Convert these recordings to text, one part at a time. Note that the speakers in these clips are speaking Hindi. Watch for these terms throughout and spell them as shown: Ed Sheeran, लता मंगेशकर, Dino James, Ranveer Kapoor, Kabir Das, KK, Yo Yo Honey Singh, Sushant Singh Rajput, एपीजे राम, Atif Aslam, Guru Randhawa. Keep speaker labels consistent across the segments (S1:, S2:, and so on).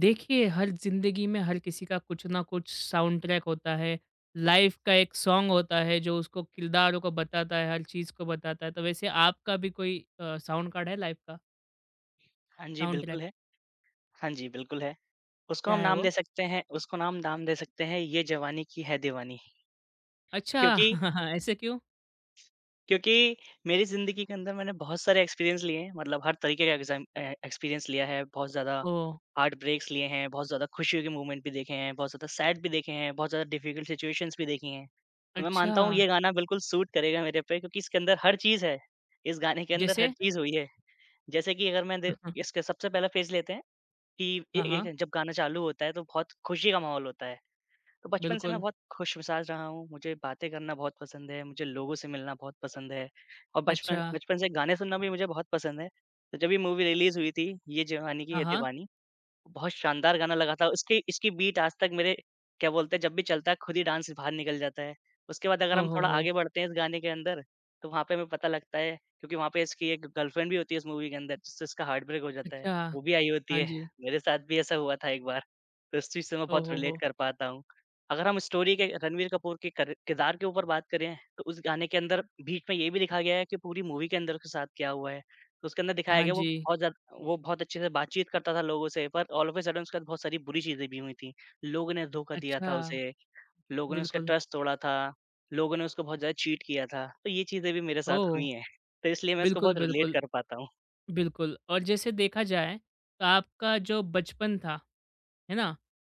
S1: देखिए, हर ज़िंदगी में हर किसी का कुछ ना कुछ साउंड ट्रैक होता है। लाइफ़ का एक सॉन्ग होता है जो उसको किरदारों को बताता है, हर चीज़ को बताता है। तो वैसे आपका भी कोई साउंड कार्ड है लाइफ़ का?
S2: हाँ जी,
S1: साउंड
S2: बिल्कुल
S1: ट्रैक
S2: है। हाँ जी, बिल्कुल है।
S1: क्या है वो?
S2: उसको नाम नाम दे सकते हैं ये जवानी की है दीवानी।
S1: अच्छा!
S2: क्योंकि
S1: ऐसे क्यों?
S2: क्योंकि मेरी ज़िंदगी के अंदर मैंने बहुत सारे एक्सपीरियंस लिए हैं, मतलब हर तरीके का एग्ज़ाम एक्सपीरियंस लिया है, बहुत ज़्यादा
S1: ओह!
S2: हार्ट ब्रेक्स लिए हैं, बहुत ज़्यादा खुशियों के मोमेंट भी देखे हैं, बहुत ज़्यादा सैड भी देखे हैं, बहुत ज़्यादा डिफ़िकल्ट सिचुएशंस भी देखी हैं। तो मैं
S1: अच्छा,
S2: मानता हूँ ये गाना बिल्कुल सूट करेगा मेरे पे क्योंकि इसके अंदर हर चीज़ है। इस गाने के अंदर हर
S1: जैसे?
S2: चीज़ हुई है। जैसे कि अगर मैं दे इसका सबसे पहला फ़ेज़ लेते हैं। कि ए
S1: हाँ, हाँ,
S2: एक जब गाना चालू होता है तो बहुत खुशी का माहौल होता है। तो बचपन से मैं
S1: बिल्कुल।
S2: बहुत खुशमिज़ाज रहा हूँ, मुझे बातें करना बहुत पसंद है, मुझे लोगों से मिलना बहुत पसंद है और बचपन
S1: अच्छा,
S2: बचपन से गाने सुनना भी मुझे बहुत पसंद है। तो जब ये मूवी रिलीज़ हुई थी, ये जवानी की
S1: हाँ,
S2: है
S1: हाँ।
S2: दीवानी बहुत शानदार गाना लगा था। उसकी इसकी बीट आज तक मेरे क्या बोलते हैं जब भी चलता है खुद ही डाँस बाहर निकल जाता है। उसके बाद अगर हम
S1: ओहो
S2: थोड़ा
S1: हो! हो
S2: आगे बढ़ते हैं इस गाने के अंदर, तो वहाँ पे हमें पता लगता है क्योंकि वहाँ पे इसकी एक गर्लफ्रेंड भी होती है इस मूवी के अंदर जिससे इसका हार्ट ब्रेक हो जाता है।
S1: अच्छा,
S2: वो भी आई होती
S1: हाँ
S2: है।
S1: जी।
S2: मेरे साथ भी ऐसा हुआ था एक बार। तो इस चीज़ से मैं बहुत
S1: ओहो हो!
S2: रिलेट
S1: हो
S2: कर पाता हूँ। अगर हम स्टोरी के रणवीर कपूर के कर किरदार के ऊपर बात करें, तो उस गाने के अंदर बीच में ये भी लिखा गया है कि पूरी मूवी के अंदर उसके साथ क्या हुआ है। तो उसके अंदर दिखाया
S1: हाँ
S2: गया वो
S1: जी।
S2: बहुत ज़्यादा वो बहुत अच्छे से बातचीत करता था लोगों से पर ऑल ऑफ अ सडन उसके साथ बहुत सारी बुरी चीज़ें भी हुई थीं। लोगों ने धोखा दिया
S1: अच्छा,
S2: था उसे, लोगों ने उसका
S1: बिल्कुल।
S2: ट्रस्ट तोड़ा था, लोगों ने उसको बहुत ज़्यादा चीट किया था। तो ये चीज़ें भी मेरे साथ
S1: ओह!
S2: हुई हैं, तो इसलिए मैं इसको
S1: बिल्कुल,
S2: बहुत रिलेट
S1: बिल्कुल।
S2: कर पाता हूँ।
S1: बिल्कुल, और जैसे देखा जाए तो आपका जो बचपन था, है ना?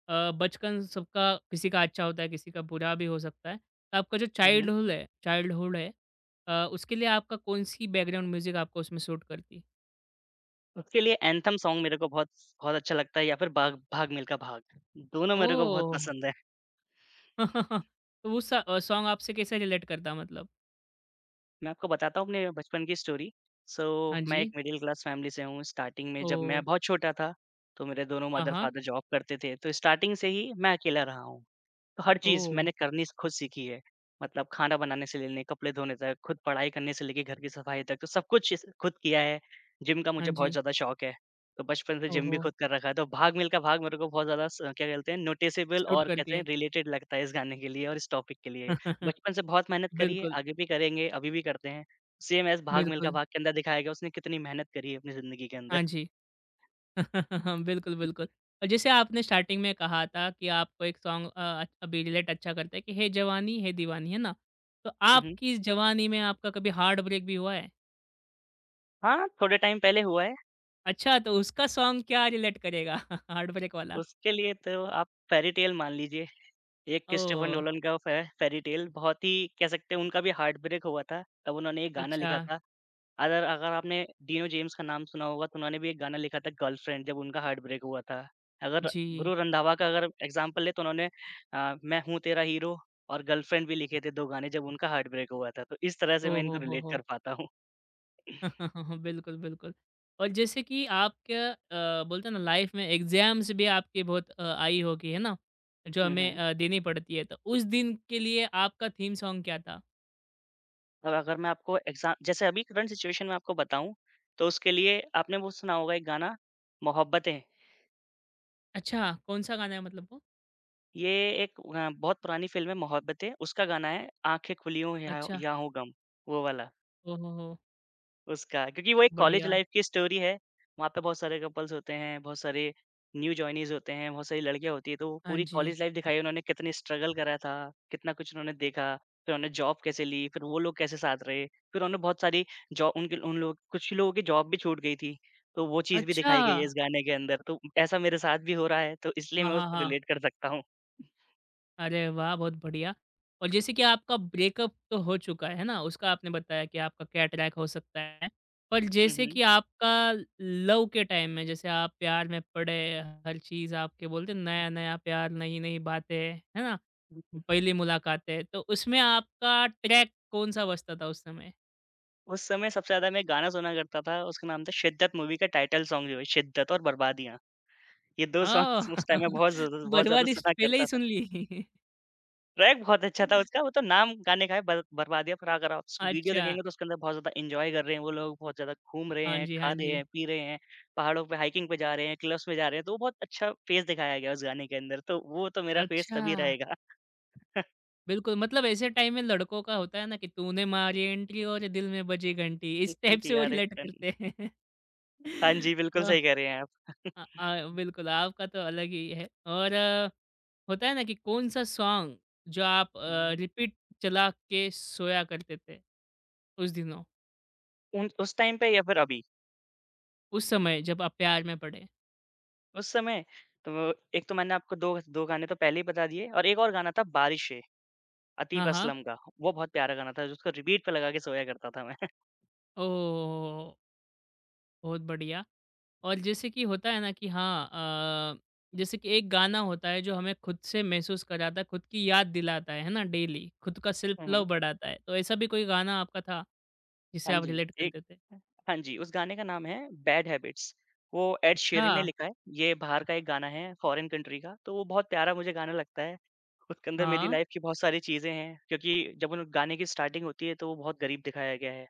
S1: बचपन सबका किसी का अच्छा होता है, किसी का बुरा भी हो सकता है। तो आपका जो
S2: हुँ, हुँ।
S1: चाइल्डहुल है चाइल्डहुड है उसके लिए आपका कौन-सी बैकग्राउंड म्यूज़िक आपको उसमें सूट करती?
S2: उसके लिए एंथम सॉन्ग मेरे को बहुत बहुत अच्छा लगता है या फिर बाग भाग मिल्खा भाग, दोनों मेरे को बहुत
S1: ओह!
S2: पसंद है।
S1: तो वो सॉन्ग आपसे कैसे रिलेट करता मतलब?
S2: मैं आपको बताता हूँ अपने बचपन की स्टोरी। सो
S1: हाँ
S2: मैं एक
S1: जी।
S2: मिडल क्लास फैमिली से हूँ। स्टार्टिंग में जब मैं
S1: ओह!
S2: बहुत छोटा था, तो मेरे दोनों
S1: हाँ, हाँ।
S2: मदर-फादर जॉब करते थे, तो स्टार्टिंग से ही मैं अकेला रहा हूँ। तो हर चीज़
S1: ओह!
S2: मैंने करनी स खुद सीखी है। मतलब खाना बनाने से लेने, कपड़े धोने तक, खुद पढ़ाई करने से लेके घर की सफाई तक, तो सब कुछ इस खुद किया है। जिम का
S1: हाँ
S2: मुझे बहुत
S1: जी।
S2: ज़्यादा शौक है, तो बचपन से जिम भी
S1: ओहो!
S2: खुद कर रखा है। तो भाग मिल्खा भाग मेरे को बहुत ज़्यादा स क्या कहते हैं नोटिसेबल
S1: सूट
S2: और
S1: करती
S2: कहते हैं
S1: है।
S2: रिलेटेड लगता है इस गाने के लिए और इस टॉपिक के लिए। बचपन से बहुत मेहनत करी है,
S1: बिल्कुल,
S2: आगे भी करेंगे, अभी भी करते हैं। सेम ऐज़ भाग मिल्खा
S1: बिल्कुल।
S2: भाग के अंदर दिखाया गया उसने कितनी मेहनत करी है अपनी ज़िंदगी के अंदर।
S1: हाँ जी। बिल्कुल, बिल्कुल। और जैसे आपने स्टार्टिंग में कहा था कि आपको एक सॉन्ग अभी रिलेट अच्छा करता है कि "है जवानी है दीवानी" है ना? तो
S2: हुँ, हुँ।
S1: आपकी इस जवानी में आपका कभी हार्ट ब्रेक भी हुआ है?
S2: हाँ, थोड़े टाइम पहले हुआ है,
S1: अच्छा, तो उसका सॉन्ग क्या रिलेट करेगा हार्ट ब्रेक वाला?
S2: उसके लिए तो आप फ़ेयरी टेल मान लीजिए। एक क्रिस्टोफर
S1: ओह!
S2: नोलन का फ़े फेयरी टेल बहुत ही कह सकते हैं उनका भी हार्ट ब्रेक हुआ था, तब उन्होंने एक गाना
S1: अच्छा।
S2: लिखा था। अगर अगर आपने डीनो जेम्स का नाम सुना होगा तो उन्होंने भी एक गाना लिखा था गर्लफ्रेंड जब उनका हार्ट ब्रेक हुआ था। अगर
S1: जी।
S2: गुरु रंधावा का अगर एग्ज़ाम्पल लें तो उन्होंने मैं हूँ तेरा हीरो और गर्लफ्रेंड भी लिखे थे 2 गाने जब उनका हार्ट ब्रेक हुआ था। तो इस तरह से मैं
S1: ओ
S2: इनको
S1: हो,
S2: रिलेट कर
S1: हो!
S2: पाता हूँ।
S1: बिल्कुल, बिल्कुल। और जैसे कि आपके बोलते हैं ना लाइफ में एग्ज़ाम्स भी आपकी बहुत आई होगी, है ना? जो
S2: हुँ,
S1: हमें
S2: हुँ।
S1: देनी पड़ती है, तो उस दिन के लिए आपका थीम सॉन्ग क्या था?
S2: और अगर मैं आपको एग्ज़ा जैसे अभी करंट सिचुएशन में आपको बताऊँ, तो उसके लिए आपने वो सुना होगा एक गाना मोहब्बतें।
S1: अच्छा, कौन-सा गाना है मतलब वो?
S2: ये एक बहुत पुरानी फ़िल्म है मोहब्बतें, उसका गाना है आँखें खुली हों या
S1: अच्छा,
S2: या हो गम, वो वाला,
S1: ओ हो,
S2: उसका। क्योंकि वो एक कॉलेज
S1: बढ़िया।
S2: लाइफ़ की स्टोरी है, वहाँ पे बहुत सारे कपल्स होते हैं, बहुत सारे न्यू जॉइनीज़ होते हैं, बहुत सारी लड़कियाँ होती हैं, तो वो
S1: हाँ
S2: पूरी
S1: जी।
S2: कॉलेज लाइफ़ दिखाई है उन्होंने कितनी स्ट्रगल करा था, कितना कुछ उन्होंने देखा, फिर उन्होंने जॉब कैसे ली, फिर वो लोग कैसे साथ रहे, फिर उन्होंने बहुत सारी जॉ उनके उन लोग कुछ लोगों की जॉब भी छूट गई थी, तो वो चीज़ भी
S1: अच्छा!
S2: दिखाई गई है इस गाने के अंदर, तो ऐसा मेरे साथ भी हो रहा है, तो इसलिए
S1: हाँ,
S2: मैं
S1: हाँ,
S2: उसको
S1: हाँ।
S2: रिलेट कर सकता हूँ।
S1: अरे वाह! बहुत बढ़िया। और जैसे कि आपका ब्रेकअप तो हो चुका है ना, उसका आपने बताया कि आपका क्या ट्रैक हो सकता है। पर जैसे
S2: हुँ,
S1: कि आपका लव के टाइम में जैसे आप प्यार में पड़े, हर चीज़ आपके बोलते हैं नया-नया प्यार, नई-नई बातें, है ना?
S2: हुँ।
S1: पहली मुलाकातें, तो उसमें आपका ट्रैक कौन-सा बजता था उस समय?
S2: उस समय सबसे ज़्यादा मैं गाना सुना करता था, उसका नाम था शिद्दत मूवी का टाइटल सॉन्ग जो है शिद्दत और बर्बादियाँ। ये 2 सॉन्ग्स
S1: ओह!
S2: उस टाइम में बहुत ज़्यादा
S1: बर्बादी स
S2: सुना
S1: पहले
S2: करता
S1: ही
S2: था।
S1: सुन ली।
S2: ट्रैक बहुत अच्छा था उसका, वो तो नाम गाने का है बर बर्बादियाँ, पर अगर आप उसकी वीडियो
S1: अच्छा,
S2: देखेंगे तो उसके अंदर बहुत ज़्यादा एन्जॉय कर रहे हैं वो लोग, बहुत ज़्यादा घूम रहे
S1: हाँ
S2: हैं,
S1: जी,
S2: खा
S1: हाँ
S2: रहे
S1: जी।
S2: हैं, पी रहे हैं, पहाड़ों पे हाइकिंग पे जा रहे हैं, क्लब्स में जा रहे हैं, तो वो बहुत अच्छा फ़ेज़ दिखाया गया है उस गाने के अंदर, तो वो तो मेरा फ़ेज़
S1: अच्छा,
S2: तभी रहेगा।
S1: बिल्कुल मतलब ऐसे टाइम में लड़कों का होता है ना कि तूने मारी एंट्री और दिल में बजी घंटी, इस
S2: इरफान
S1: टाइप
S2: टी
S1: से वो
S2: आर
S1: रिलेट
S2: इरफान।
S1: करते हैं।
S2: हाँ जी, बिल्कुल
S1: वाह!
S2: सही कह रहे हैं आप।
S1: बिल्कुल आपका तो अलग ही है और होता है ना कि कौन-सा सॉन्ग जो आप
S2: हुँ, हुँ।
S1: रिपीट चला के सोया करते थे उस दिनों,
S2: उन उस टाइम पे या फिर अभी?
S1: उस समय जब आप प्यार में पड़े?
S2: उस समय तो एक तो मैंने आपको 2 गाने तो पहले ही बता दिए और एक और गाना था बारिशे,
S1: हाँ,
S2: आतिफ
S1: हाँ।
S2: असलम का, वो बहुत प्यारा गाना था जिसको रिपीट पे लगा के सोया करता था मैं।
S1: ओह! बहुत बढ़िया। और जैसे कि होता है ना कि हाँ जैसे कि एक गाना होता है जो हमें खुद से महसूस कराता है, खुद की याद दिलाता है ना डेली, खुद का सेल्फ
S2: हुँ,
S1: लव
S2: हुँ।
S1: बढ़ाता है। तो ऐसा भी कोई गाना आपका था जिससे
S2: हाँ
S1: आप
S2: जी,
S1: रिलेट
S2: एक
S1: करते थे?
S2: हाँ जी, उस गाने का नाम है बैड हैबिट्स। वो एड
S1: अच्छा,
S2: शेरिन ने लिखा है, ये बाहर का एक गाना है फॉरेन कंट्री का, तो वो बहुत प्यारा मुझे गाना लगता है। उसके अंदर मेरी
S1: हाँ।
S2: लाइफ़ की बहुत सारी चीज़ें हैं क्योंकि जब उन गाने की स्टार्टिंग होती है तो वो बहुत गरीब दिखाया गया है।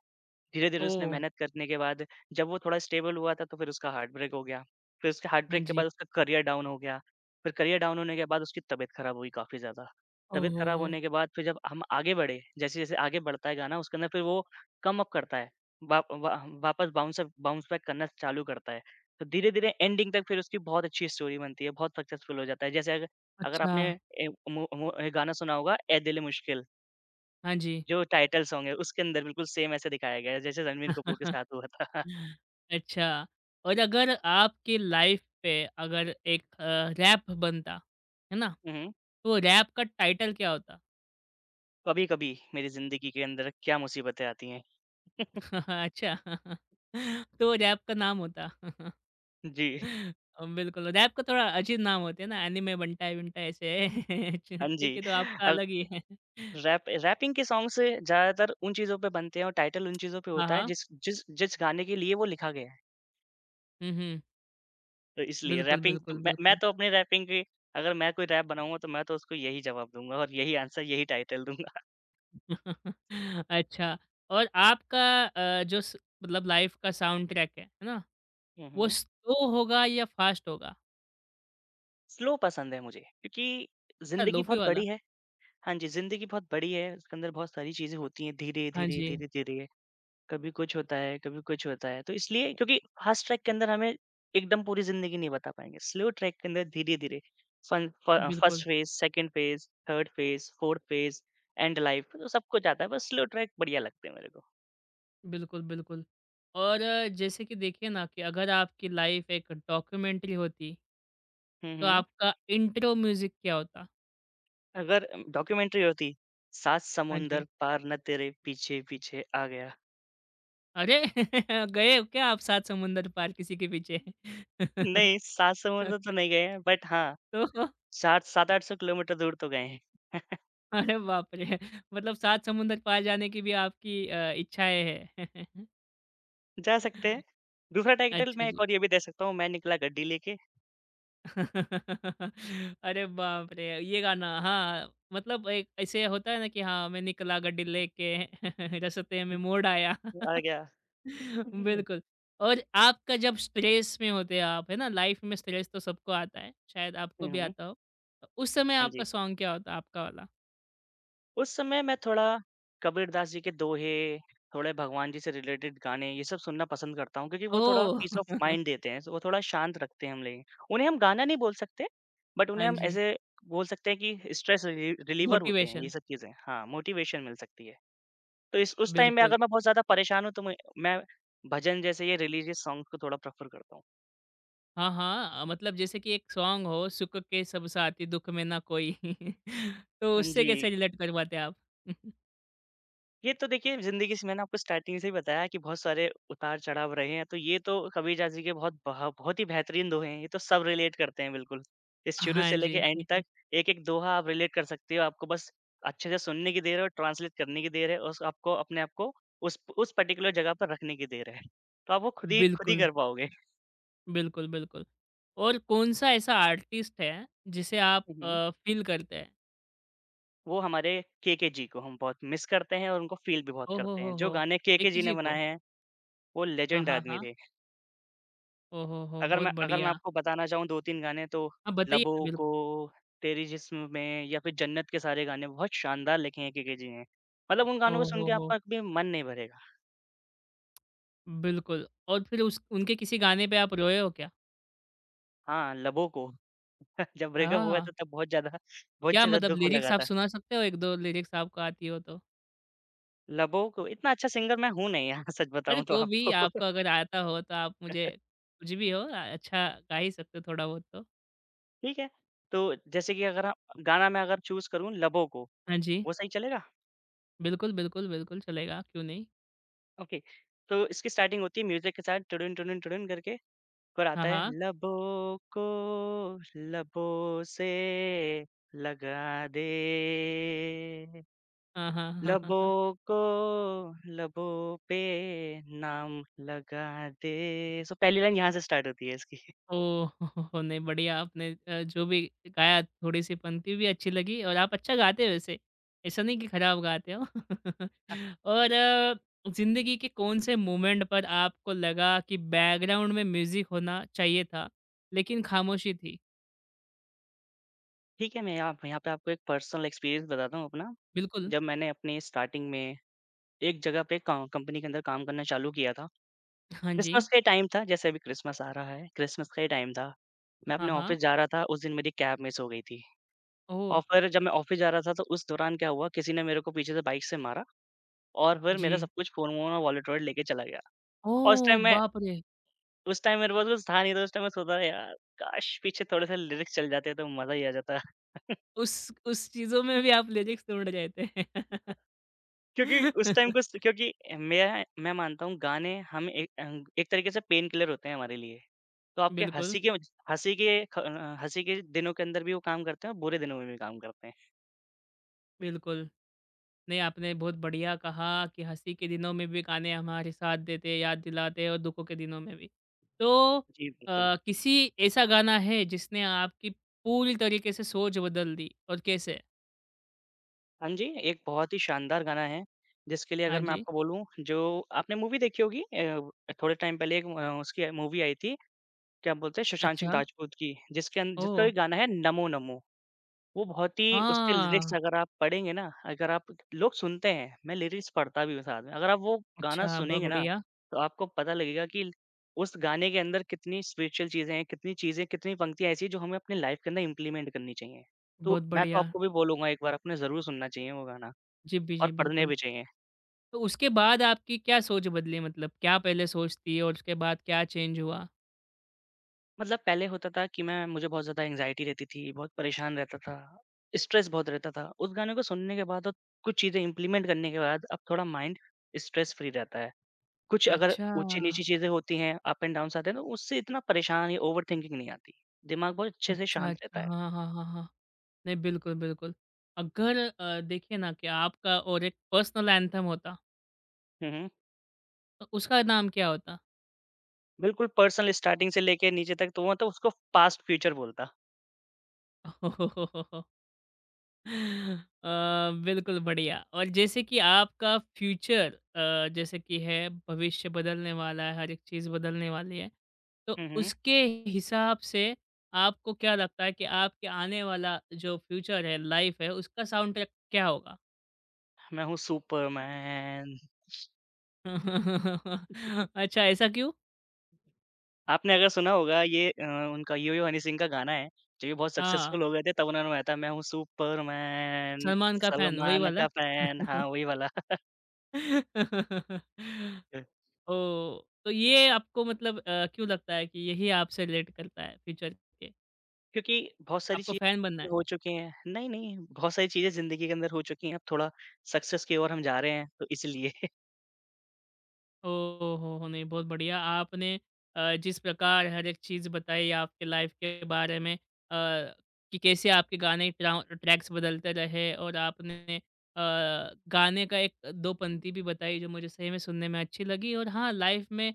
S2: धीरे-धीरे उसने
S1: ओह!
S2: मेहनत करने के बाद जब वो थोड़ा स्टेबल हुआ था, तो फिर उसका हार्ट ब्रेक हो गया। फिर उसके हार्ट
S1: हाँ
S2: ब्रेक के
S1: जी।
S2: बाद उसका करियर डाउन हो गया। फिर करियर डाउन होने के बाद उसकी तबीयत खराब हुई काफ़ी ज़्यादा। तबीयत
S1: ओहो!
S2: खराब होने के बाद फिर जब हम आगे बढ़े, जैसे-जैसे आगे बढ़ता है गाना, उसके अंदर फिर वो कम अप करता है। वा वा वापस बाउंस बैक करना चालू करता है। तो धीरे-धीरे एंडिंग तक फिर उसकी बहुत अच्छी स्टोरी बनती है, बहुत सक्सेसफुल हो जाता है। जैसे अगर अगर
S1: अच्छा,
S2: आपने ए मो मो गाना सुना होगा, ए दिल ए मुश्किल।
S1: हाँ जी।
S2: जो टाइटल सॉन्ग है, उसके अंदर बिल्कुल सेम ऐसे दिखाया गया है, जैसे रणबीर कपूर के साथ हुआ था।
S1: अच्छा और अगर आपके लाइफ पे अगर एक रैप बनता, है ना?
S2: हुँ, हुँ।
S1: तो वो रैप का टाइटल क्या होता?
S2: कभी-कभी मेरी ज़िंदगी के अंदर क्या मुसीबतें आती हैं।
S1: अच्छा तो रैप का नाम होता।
S2: जी।
S1: बिल्कुल, रैप का थोड़ा अजीब नाम होते हैं ना, एनीमे, बंटाई-वंटाई ऐसे है। चलो
S2: हाँ
S1: ठीक
S2: जी।
S1: है, तो आपका
S2: अ,
S1: अलग ही है।
S2: रैपिंग के सॉन्ग्स ज़्यादातर उन चीज़ों पे बनते हैं और टाइटल उन चीज़ों पे
S1: हाँ,
S2: होता है
S1: हाँ।
S2: जिस जिस जिस गाने के लिए वो लिखा गया है।
S1: हुँ, हुँ।
S2: तो इसलिए
S1: बिल्कुल,
S2: रैपिंग तो
S1: बिल्कुल,
S2: मैं
S1: बिल्कुल।
S2: तो अपने रैपिंग की अगर मैं कोई रैप बनाऊँगा तो मैं तो उसको यही जवाब दूँगा और यही आंसर, यही टाइटल दूँगा।
S1: अच्छा और आपका जो स मतलब लाइफ़ का साउंड ट्रैक है ना?
S2: हुँ,
S1: वो
S2: हुँ।
S1: स्लो होगा या फ़ास्ट होगा?
S2: स्लो पसंद है मुझे क्योंकि
S1: अच्छा
S2: ज़िंदगी
S1: लोफी
S2: बहुत
S1: वाला।
S2: बड़ी है। हाँ जी, ज़िंदगी बहुत बड़ी है, उसके अंदर बहुत सारी चीज़ें होती हैं, धीरे,
S1: हाँ
S2: धीरे,
S1: जी।
S2: धीरे, धीरे, कभी कुछ होता है, कभी कुछ होता है। तो इसलिए क्योंकि फ़ास्ट ट्रैक के अंदर हमें एकदम पूरी ज़िंदगी नहीं बता पाएँगे, स्लो ट्रैक के अंदर धीरे-धीरे फन फ फर्स्ट
S1: बिल्कुल,
S2: phase, second phase, third phase, fourth phase, and life, तो सब कुछ आता है, बस स्लो ट्रैक बढ़िया लगते हैं मेरे को।
S1: बिल्कुल, बिल्कुल। और जैसे कि देखिए ना कि अगर आपकी लाइफ़ एक डॉक्यूमेंट्री होती,
S2: हुँ,
S1: तो
S2: हुँ।
S1: आपका इंट्रो म्यूज़िक क्या होता?
S2: अगर डॉक्यूमेंट्री होती, सात
S1: हाँ जी।
S2: समुंदर पार न तेरे पीछे-पीछे आ गया।
S1: अरे! गए हो क्या आप सात समुंदर पार किसी के पीछे?
S2: नहीं, सात समुंदर तो नहीं गए हैं, बट हाँ,
S1: तो
S2: 7 700-800 किलोमीटर दूर तो गए हैं।
S1: अरे बाप रे! मतलब सात समुंदर पार जाने की भी आपकी इच्छाएँ हैं।
S2: जा सकते हैं। दूसरा टाइटल
S1: अच्छा
S2: मैं एक
S1: जी।
S2: और ये भी दे सकता हूँ, मैं निकला गड्डी लेके
S1: अरे बाप रे! ये गाना हाँ, मतलब एक ऐसे होता है ना कि हाँ, मैं निकला गडिले के रस्ते में मोड़ आया।
S2: आ गया। हुँ,
S1: बिल्कुल और आपका जब स्ट्रेस में होते हैं आप, है ना? लाइफ में स्ट्रेस तो सबको आता है, शायद आपको भी
S2: हुँ।
S1: आता हो। तो उस समय
S2: हाँ
S1: आपका
S2: जी।
S1: सॉन्ग क्या होता है आपका वाला?
S2: उस समय मैं थोड़ा कबीरदास जी के दोहे, थोड़े भगवान जी से रिलेटेड गाने ये सब सुनना पसंद करता हूँ क्योंकि वो थोड़ा
S1: ओह!
S2: पीस ऑफ माइंड देते हैं, वो थोड़ा शांत रखते हैं हमें। उन्हें हम गाना नहीं बोल सकते, बट उन्हें
S1: हाँ
S2: हम
S1: जी,
S2: ऐसे बोल सकते हैं कि स्ट्रेस रिलीवर होते हैं ये
S1: मोटिवेशन।
S2: सब चीज़ें। हाँ, मोटिवेशन मिल सकती है। तो इस उस टाइम में
S1: बिल्कुल।
S2: अगर मैं बहुत ज़्यादा परेशान हूँ तो मैं भजन जैसे ये रिलीजियस सॉन्ग्स को थोड़ा प्रेफ़र करता हूँ।
S1: हाँ, हाँ, मतलब जैसे कि एक सॉन्ग हो सुख के सब साथी दुःख में ना कोई। तो
S2: हाँ
S1: उससे
S2: जी।
S1: कैसे रिलेट कर पाते आप?
S2: ये तो देखिए ज़िंदगी से मैंने आपको स्टार्टिंग से ही बताया कि बहुत सारे उतार-चढ़ाव रहे हैं, तो ये तो कबीर दास जी के बहुत ही बेहतरीन दोहे हैं, ये तो सब रिलेट करते हैं बिल्कुल। इस शुरू
S1: हाँ
S2: से
S1: जी।
S2: लेके एंड तक एक-एक दोहा आप रिलेट कर सकते हो, आपको बस अच्छे से सुनने की देर है और ट्रांसलेट करने की देर है और उस आपको अपने आप को उस पर्टिकुलर जगह पर रखने की देर है। तो आप वो खुद ही
S1: बिल्कुल,
S2: कर पाओगे।
S1: बिल्कुल, बिल्कुल। और कौन-सा ऐसा आर्टिस्ट है जिसे आप
S2: हुँ, हुँ।
S1: फ़ील करते हैं?
S2: वो हमारे केके जी को हम बहुत मिस करते हैं और उनको फ़ील भी बहुत करते हैं। जो
S1: ओहोहोहो!
S2: गाने केके
S1: विकी
S2: जी ने
S1: जी को?
S2: बनाए हैं, वो
S1: हाँ,
S2: लेजेंड
S1: हाँ,
S2: आदमी
S1: हाँ।
S2: थे।
S1: ओहोहो!
S2: अगर
S1: बहुत
S2: मैं अगर मैं
S1: बढ़िया।
S2: आपको बताना चाहूँ 2-3 गाने तो
S1: हाँ, बताइए ना
S2: लबों
S1: बिल्कुल।
S2: को, तेरी जिस्म में या फिर जन्नत के सारे गाने बहुत शानदार लिखे हैं केके जी ने। मतलब उन गानों को सुन के
S1: ओहोहो!
S2: आपका कभी मन नहीं भरेगा।
S1: बिल्कुल और फिर उस उनके किसी गाने पे आप रोए हो क्या?
S2: हाँ, लबों को जब ब्रेकअप हुआ
S1: हाँ,
S2: था तब बहुत ज़्यादा बहुत
S1: क्या
S2: ज़्यादा
S1: मतलब
S2: दुःख होने लगा
S1: लिरिक्स आप
S2: था।
S1: सुना सकते हो 1-2 लिरिक्स आपको आती हो तो?
S2: लबों को इतना अच्छा सिंगर मैं हूँ नहीं यार सच
S1: अरे,
S2: बताऊँ तो
S1: तो भी
S2: आपको
S1: आपको अगर आता हो तो आप मुझे कुछ भी हो अच्छा गा ही सकते हो थोड़ा बहुत तो।
S2: ठीक है? तो जैसे कि अगर आप गाना मैं अगर चूज़ करूँ लबों को,
S1: हाँ जी।
S2: वो सही चलेगा?
S1: बिल्कुल, बिल्कुल, बिल्कुल चलेगा, क्यों नहीं?
S2: ओके। तो इसकी स्टार्टिंग होती है म्यूज़िक के साथ टुडुन, टुडुन, टुडुन करके और
S1: हाँ,
S2: आता है
S1: हाँ।
S2: लबों को लबों से लगा दे
S1: हाँ, हाँ, हाँ, हाँ, हाँ।
S2: लबों को लबों पे नाम लगा दे सो पहली लाइन यहाँ से स्टार्ट होती है इसकी।
S1: ओह! नहीं बढ़िया आपने जो भी गाया थोड़ी-सी पंक्ति भी अच्छी लगी और आप अच्छा गाते हो वैसे, ऐसा नहीं कि खराब गाते हो। और ज़िंदगी के कौन से मोमेंट पर आपको लगा कि बैकग्राउंड में म्यूज़िक होना चाहिए था, लेकिन खामोशी थी?
S2: ठीक है, मैं यहाँ यहाँ पे आपको एक पर्सनल एक्सपीरियंस बताता हूँ अपना।
S1: बिल्कुल।
S2: जब मैंने अपने स्टार्टिंग में एक जगह पे कंपनी के अंदर काम करना चालू किया था,
S1: हाँ जी।
S2: क्रिसमस का टाइम था। जैसे अभी क्रिसमस आ रहा है, क्रिसमस का ही टाइम था। मैं
S1: हाँ,
S2: अपने ऑफिस
S1: हाँ।
S2: जा रहा था, उस दिन मेरी कैब मिस हो गई थी।
S1: ओह!
S2: और फिर जब मैं ऑफ़िस जा रहा था तो उस दौरान क्या हुआ, किसी ने मेरे को पीछे से बाइक से मारा और फिर
S1: जी।
S2: मेरा सब कुछ फ़ोन-वोन और वॉलेट-वॉलेट लेके चला गया। और उस
S1: ओह!
S2: टाइम मैं
S1: बाप रे!
S2: उस टाइम मेरे पास कुछ था नहीं, तो उस टाइम मैं सोचा यार काश! पीछे थोड़े-से लिरिक्स चल जाते तो मज़ा ही आ जाता।
S1: उस चीज़ों में भी आप लिरिक्स ढूँढ रहे थे।
S2: क्योंकि उस टाइम कुछ क्योंकि मैं मानता हूँ गाने हम एक एक तरीके से पेन किलर होते हैं हमारे लिए। तो आपके
S1: बिल्कुल,
S2: हँसी के ख हँसी के दिनों के अंदर भी वो काम करते हैं और बुरे दिनों में भी काम करते हैं।
S1: बिल्कुल। नहीं, आपने बहुत बढ़िया कहा कि हँसी के दिनों में भी गाने हमारे साथ देते हैं, याद दिलाते हैं और दुखों के दिनों में भी। तो
S2: जी, बिल्कुल।
S1: किसी ऐसा गाना है जिसने आपकी पूरी तरीके से सोच बदल दी और कैसे?
S2: हाँ जी, एक बहुत ही शानदार गाना है, जिसके लिए
S1: हाँ
S2: अगर मैं
S1: जी।
S2: आपको बोलूँ, जो आपने मूवी देखी होगी थोड़े टाइम पहले एक उसकी मूवी आई थी, क्या बोलते हैं सुशांत सिंह
S1: अच्छा।
S2: राजपूत की, जिसके अन जिसका
S1: ओह!
S2: एक गाना है नमो नमो। वो बहुत ही, उसके लिरिक्स
S1: हाँ।
S2: अगर आप पढ़ेंगे ना, अगर आप लोग सुनते हैं, मैं लिरिक्स पढ़ता भी हूँ साथ में, अगर आप वो गाना
S1: अच्छा, ब
S2: सुनेंगे ना,
S1: बढ़िया,
S2: तो आपको पता लगेगा कि उस गाने के अंदर कितनी स्पिरिचुअल चीज़ें हैं, कितनी चीज़ें, कितनी पंक्तियाँ ऐसी हैं जो हमें अपनी लाइफ़ के अंदर इम्प्लीमेंट करनी चाहिए। तो
S1: बहुत
S2: मैं तो
S1: बढ़िया।
S2: आपको भी बोलूँगा, एक बार आपने ज़रूर सुनना चाहिए वो गाना।
S1: जी, बी
S2: और
S1: जी,
S2: पढ़ने
S1: बिल्कुल।
S2: भी चाहिए।
S1: तो उसके बाद आपकी क्या सोच बदली मतलब क्या पहले सोच थी और उसके बाद क्या चेंज हुआ?
S2: मतलब पहले होता था कि मैं मुझे बहुत ज़्यादा एंग्ज़ायटी रहती थी, बहुत परेशान रहता था, स्ट्रेस बहुत रहता था। उस गाने को सुनने के बाद और कुछ चीज़ें इम्प्लीमेंट करने के बाद अब थोड़ा माइंड स्ट्रेस फ्री रहता है। कुछ अगर
S1: अच्छा।
S2: ऊँची-नीची चीज़ें होती हैं, अप एंड डाउन्स आते हैं, तो उससे इतना परेशान या ओवरथिंकिंग नहीं आती। दिमाग बहुत अच्छे से
S1: अच्छा,
S2: शांत रहता
S1: अच्छा।
S2: है।
S1: हाँ, हाँ, हाँ, हाँ। नहीं, बिल्कुल, बिल्कुल। अगर देखिए ना कि आपका और एक पर्सनल एंथम होता,
S2: हुँ, हुँ।
S1: तो उसका नाम क्या होता?
S2: बिल्कुल पर्सनल, स्टार्टिंग से लेके नीचे तक, तो वो तो उसको पास्ट फ्यूचर बोलता।
S1: बिल्कुल बढ़िया और जैसे कि आपका फ्यूचर जैसे कि है भविष्य बदलने वाला है, हर एक चीज़ बदलने वाली है। तो
S2: हुँ, हुँ।
S1: उसके हिसाब से आपको क्या लगता है कि आपके आने वाला जो फ्यूचर है, लाइफ़ है, उसका साउंड ट्रैक क्या होगा?
S2: मैं हूँ सुपरमैन।
S1: अच्छा ऐसा क्यों?
S2: आपने अगर सुना होगा ये उनका यो यो हनी सिंह का गाना है, जब ये बहुत
S1: हाँ,
S2: सक्सेसफुल हो गए थे तब उन्होंने बनाया था मैं हूँ सुपरमैन,
S1: सलमान का फैन वही
S2: सलमान
S1: वाला?
S2: का फैन, हाँ, वही वाला।
S1: ओह! तो ये आपको मतलब क्यों लगता है कि यही आपसे रिलेट करता है फ्यूचर के?
S2: क्योंकि बहुत सारी
S1: आपको फैन बनना
S2: चीज़ें
S1: है?
S2: हो चुकी हैं नहीं, नहीं, बहुत सारी चीज़ें ज़िंदगी के अंदर हो चुकी हैं, अब थोड़ा सक्सेस की ओर हम जा रहे हैं, तो इसलिए।
S1: ओह हो हो! नहीं बहुत बढ़िया आपने जिस प्रकार हर एक चीज़ बताई आपके लाइफ के बारे में कि कैसे आपके गाने ट्रा ट्रैक्स बदलते रहे और आपने गाने का एक 2 पंक्ति भी बताई जो मुझे सही में सुनने में अच्छी लगी और हाँ, लाइफ में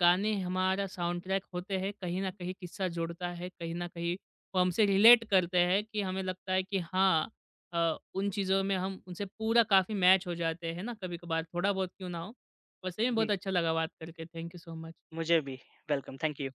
S1: गाने हमारा साउंड ट्रैक होते हैं, कहीं न कहीं किस्सा जोड़ता है, कहीं न कहीं वो हमसे रिलेट करते हैं कि हमें लगता है कि हाँ उन चीज़ों में हम उनसे पूरा काफ़ी मैच हो जाते हैं ना कभी-कभार, थोड़ा बहुत क्यों ना हो। वैसे भी
S2: जी,
S1: बहुत अच्छा लगा बात करके। Thank you so much.
S2: मुझे भी। Welcome, thank you.